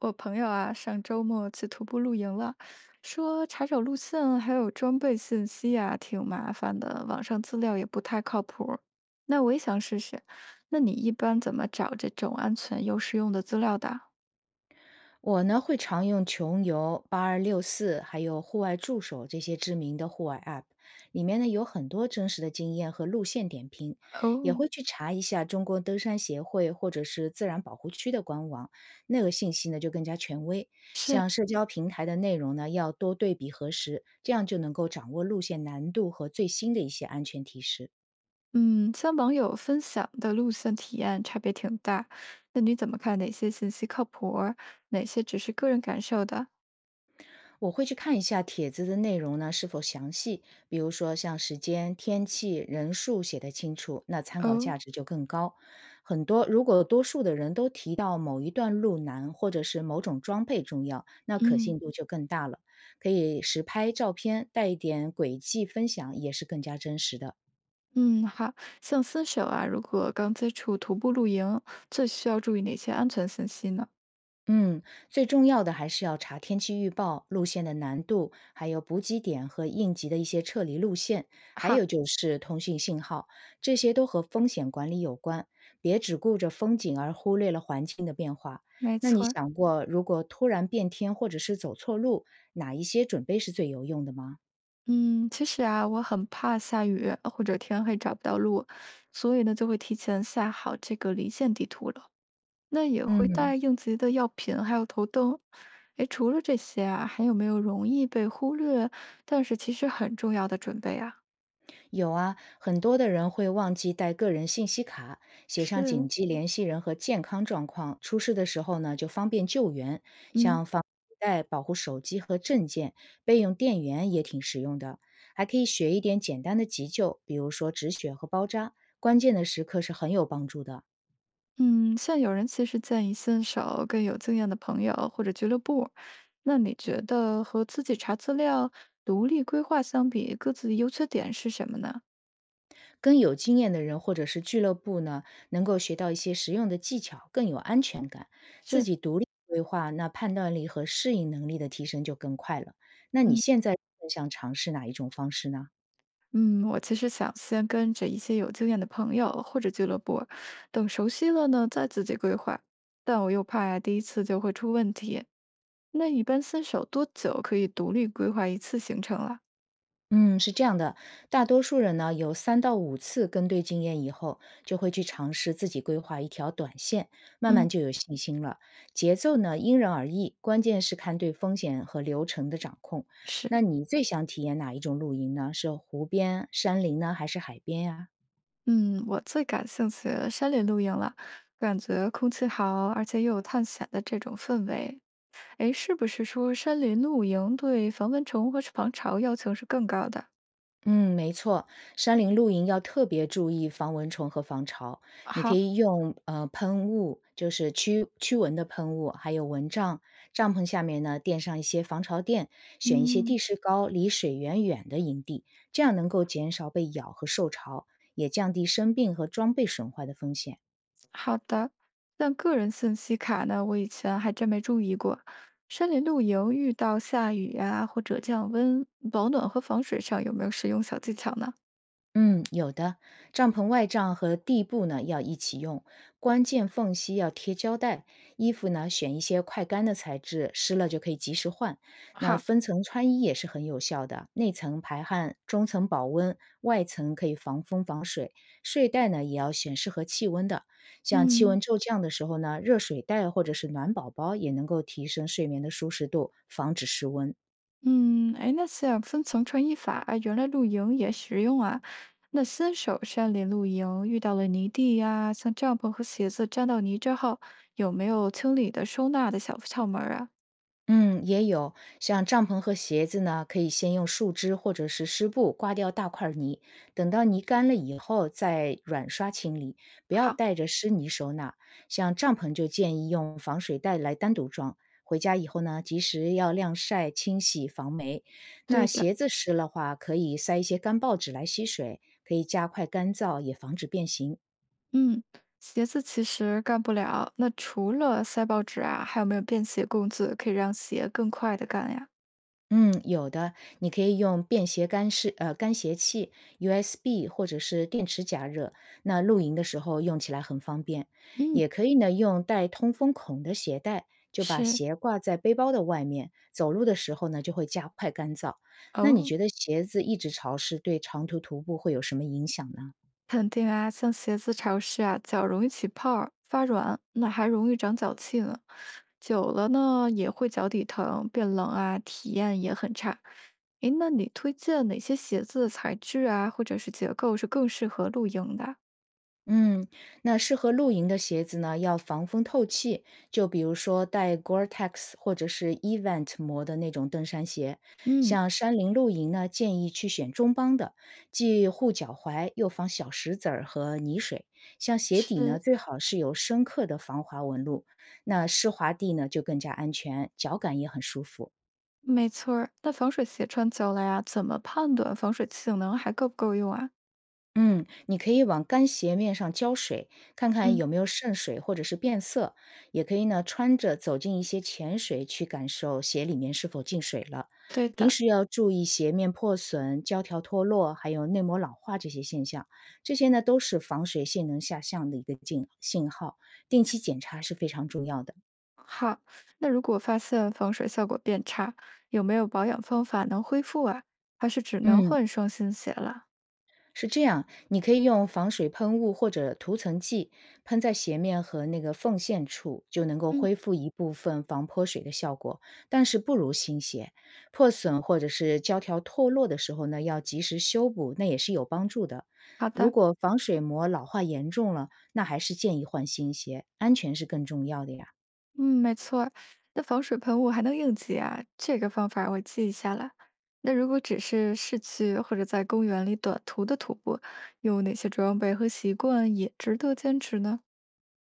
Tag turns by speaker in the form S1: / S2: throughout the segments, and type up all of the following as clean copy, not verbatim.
S1: 我朋友啊，上周末去徒步露营了，说查找路线还有装备信息啊，挺麻烦的，网上资料也不太靠谱。那我也想试试，那你一般怎么找这种安全又实用的资料的？
S2: 我呢会常用穷游、8264，还有户外助手这些知名的户外 App，里面呢有很多真实的经验和路线点评，也
S1: 哦。
S2: 会去查一下中国登山协会或者是自然保护区的官网，那个信息呢就更加权威。像
S1: 是。
S2: 社交平台的内容呢，要多对比核实，这样就能够掌握路线难度和最新的一些安全提示。
S1: 嗯，像网友分享的路线体验差别挺大，那你怎么看哪些信息靠谱儿哪些只是个人感受的？
S2: 我会去看一下帖子的内容呢是否详细，比如说像时间、天气、人数写得清楚，那参考
S1: 哦。
S2: 价值就更高。很多如果多数的人都提到某一段路难或者是某种装备重要，那可
S1: 嗯。
S2: 信度就更大了。可以实拍照片，带一点轨迹分享也是更加真实的。
S1: 嗯，好，像新手啊，如果刚接触徒步露营，最需要注意哪些安全信息呢？
S2: 嗯，最重要的还是要查天气预报、路线的难度，还有补给点和应急的一些撤离路线，还
S1: 好。
S2: 有就是通讯信号，这些都和风险管理有关。别只顾着风景而忽略了环境的变化。
S1: 没
S2: 那你
S1: 错儿。
S2: 想过，如果突然变天或者是走错路，哪一些准备是最有用的吗？
S1: 嗯，其实啊，我很怕下雨或者天黑找不到路，所以呢，就会提前下好这个离线地图了。那也会
S2: 嗯。
S1: 带应急的药品，还有头灯。诶，除了这些啊，还有没有容易被忽略，但是其实很重要的准备啊？
S2: 有啊，很多的人会忘记带个人信息卡，写上紧
S1: 是。
S2: 急联系人和健康状况，出事的时候呢就方便救援。
S1: 嗯。
S2: 像防护带、保护手机和证件，备用电源也挺实用的。还可以学一点简单的急救，比如说止血和包扎，关键的时刻是很有帮助的。
S1: 嗯，像有人其实建议先手跟有经验的朋友或者俱乐部，那你觉得和自己查资料、独立规划相比，各自的优缺点是什么呢？
S2: 跟有经验的人或者是俱乐部呢，能够学到一些实用的技巧，更有安全感。自
S1: 是。
S2: 己独立规划，那判断力和适应能力的提升就更快了。那你
S1: 嗯
S2: 现在更想尝试哪一种方式呢？
S1: 嗯，我其实想先跟着一些有经验的朋友或者俱乐部，等熟悉了呢再自己规划。但我又怕呀，第一次就会出问题。那一般新手多久可以独立规划一次行程了？
S2: 嗯，是这样的，大多数人呢有三到五次跟对经验以后，就会去尝试自己规划一条短线，慢慢
S1: 嗯，
S2: 就有信心了。节奏呢因人而异，关键是看对风险和流程的掌控。那
S1: 是。
S2: 你最想体验哪一种露营呢？是湖边、山林呢，还是海边呀、
S1: 嗯，我最感兴趣山林露营了，感觉空气好，而且又有探险的这种氛围。哎，是不是说山林露营对防蚊虫和防潮要求是更高的？
S2: 嗯，没错，山林露营要特别注意防蚊虫和防潮。你可
S1: 好。
S2: 以用喷雾，就是驱蚊的喷雾，还有蚊帐。帐篷下面呢垫上一些防潮垫，选一些地
S1: 嗯，
S2: 势高、离水源远的营地，这样能够减少被咬和受潮，也降低生病和装备损坏的风险。
S1: 好的。但个人信息卡呢，我以前还真没注意过。山林露营遇到下雨呀、或者降温，保暖和防水上有没有实用小技巧呢？
S2: 嗯，有的，帐篷外帐和地布呢要一起用，关键缝隙要贴胶带，衣服呢选一些快干的材质，湿了就可以及时换。那
S1: 好。
S2: 分层穿衣也是很有效的，内层排汗，中层保温，外层可以防风防水。睡袋呢也要选适合气温的，像气温
S1: 嗯。
S2: 骤降的时候呢，热水袋或者是暖宝宝也能够提升睡眠的舒适度，防止失温。
S1: 嗯，哎，那像分层穿衣法，原来露营也实用啊。那新手山林露营遇到了泥地呀，像帐篷和鞋子沾到泥之后，有没有清理的收纳的小窍门儿啊？
S2: 嗯，也有，像帐篷和鞋子呢，可以先用树枝或者是湿布刮掉大块儿泥，等到泥干了以后再软刷清理，不要
S1: 好。
S2: 带着湿泥收纳。像帐篷就建议用防水袋来单独装，回家以后呢，及时要晾晒、清洗、防霉。那
S1: 对的。
S2: 鞋子湿了话，可以塞一些干报纸来吸水，可以加快干燥，也防止变形。
S1: 嗯，鞋子其实干不了。那除了塞报纸啊，还有没有便携工具可以让鞋更快的干呀？
S2: 嗯，有的，你可以用便携干鞋器、USB 或者是电池加热，那露营的时候用起来很方便。
S1: 嗯，
S2: 也可以呢用带通风孔的鞋带，就把
S1: 是。
S2: 鞋挂在背包的外面，走路的时候呢就会加快干燥。那你
S1: 哦。
S2: 觉得鞋子一直潮湿对长途徒步会有什么影响呢？
S1: 肯定啊，像鞋子潮湿啊，脚容易起泡儿、发软，那还容易长脚气呢。久了呢，也会脚底疼、变冷啊，体验也很差。诶，那你推荐哪些鞋子的材质啊，或者是结构是更适合露营的？
S2: 嗯，那适合露营的鞋子呢，要防风透气，就比如说带 Gore-Tex 或者是 Event 膜的那种登山鞋。
S1: 嗯，
S2: 像山林露营呢，建议去选中帮的，既护脚踝又防小石子儿和泥水。像鞋底呢，
S1: 是，
S2: 最好是有深刻的防滑纹路，那湿滑地呢就更加安全，脚感也很舒服。
S1: 没错儿。那防水鞋穿久了呀，怎么判断防水性能还够不够用啊？
S2: 嗯，你可以往干鞋面上浇水，看看
S1: 嗯，
S2: 有没有渗水或者是变色。也可以呢，穿着走进一些浅水，去感受鞋里面是否进水了。
S1: 对
S2: 平
S1: 的。
S2: 时要注意鞋面破损、胶条脱落，还有内膜老化这些现象。这些呢，都是防水性能下降的一个信号。定期检查是非常重要的。
S1: 好，那如果发现防水效果变差，有没有保养方法能恢复啊？还是只能
S2: 嗯。
S1: 换双新鞋了？
S2: 是这样，你可以用防水喷雾或者涂层剂喷在鞋面和那个缝线处，就能够
S1: 嗯，
S2: 恢复一部分防泼水的效果，但是不如新鞋。破损或者是胶条脱落的时候呢，要及时修补，那也是有帮助的。
S1: 好
S2: 如
S1: 的。
S2: 果防水膜老化严重了，那还是建议换新鞋，安全是更重要的呀。
S1: 嗯，没错儿。那防水喷雾还能应急啊？这个方法我记一下了。那如果只是市区或者在公园里短途的徒步，有哪些装备和习惯也值得坚持呢？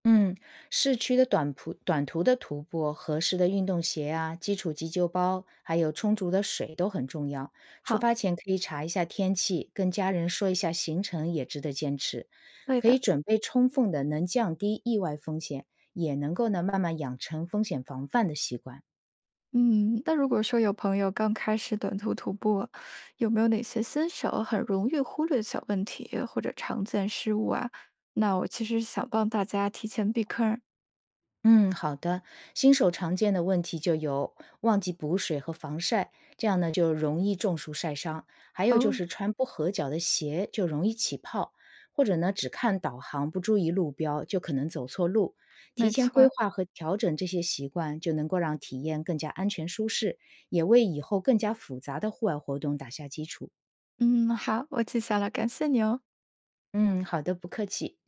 S2: 嗯，市区的短途的徒步，合适的运动鞋啊，基础急救包，还有充足的水都很重要。出
S1: 好。
S2: 发前可以查一下天气，跟家人说一下行程，也值得坚持。
S1: 对
S2: 可以
S1: 的。
S2: 准备充分的，能降低意外风险，也能够呢慢慢养成风险防范的习惯。
S1: 嗯，那如果说有朋友刚开始短途徒步啊，有没有哪些新手很容易忽略的小问题或者常见失误啊？那我其实想帮大家提前避坑儿。
S2: 嗯，好的。新手常见的问题就有忘记补水和防晒，这样呢就容易中暑晒伤；还有就
S1: 哦，
S2: 是穿不合脚的鞋就容易起泡，或者呢只看导航不注意路标就可能走错路。提
S1: 没
S2: 前
S1: 错
S2: 规
S1: 儿。
S2: 划和调整这些习惯，就能够让体验更加安全舒适，也为以后更加复杂的户外活动打下基础。
S1: 嗯，好，我记下了，感谢你哦。
S2: 嗯，好的，不客气。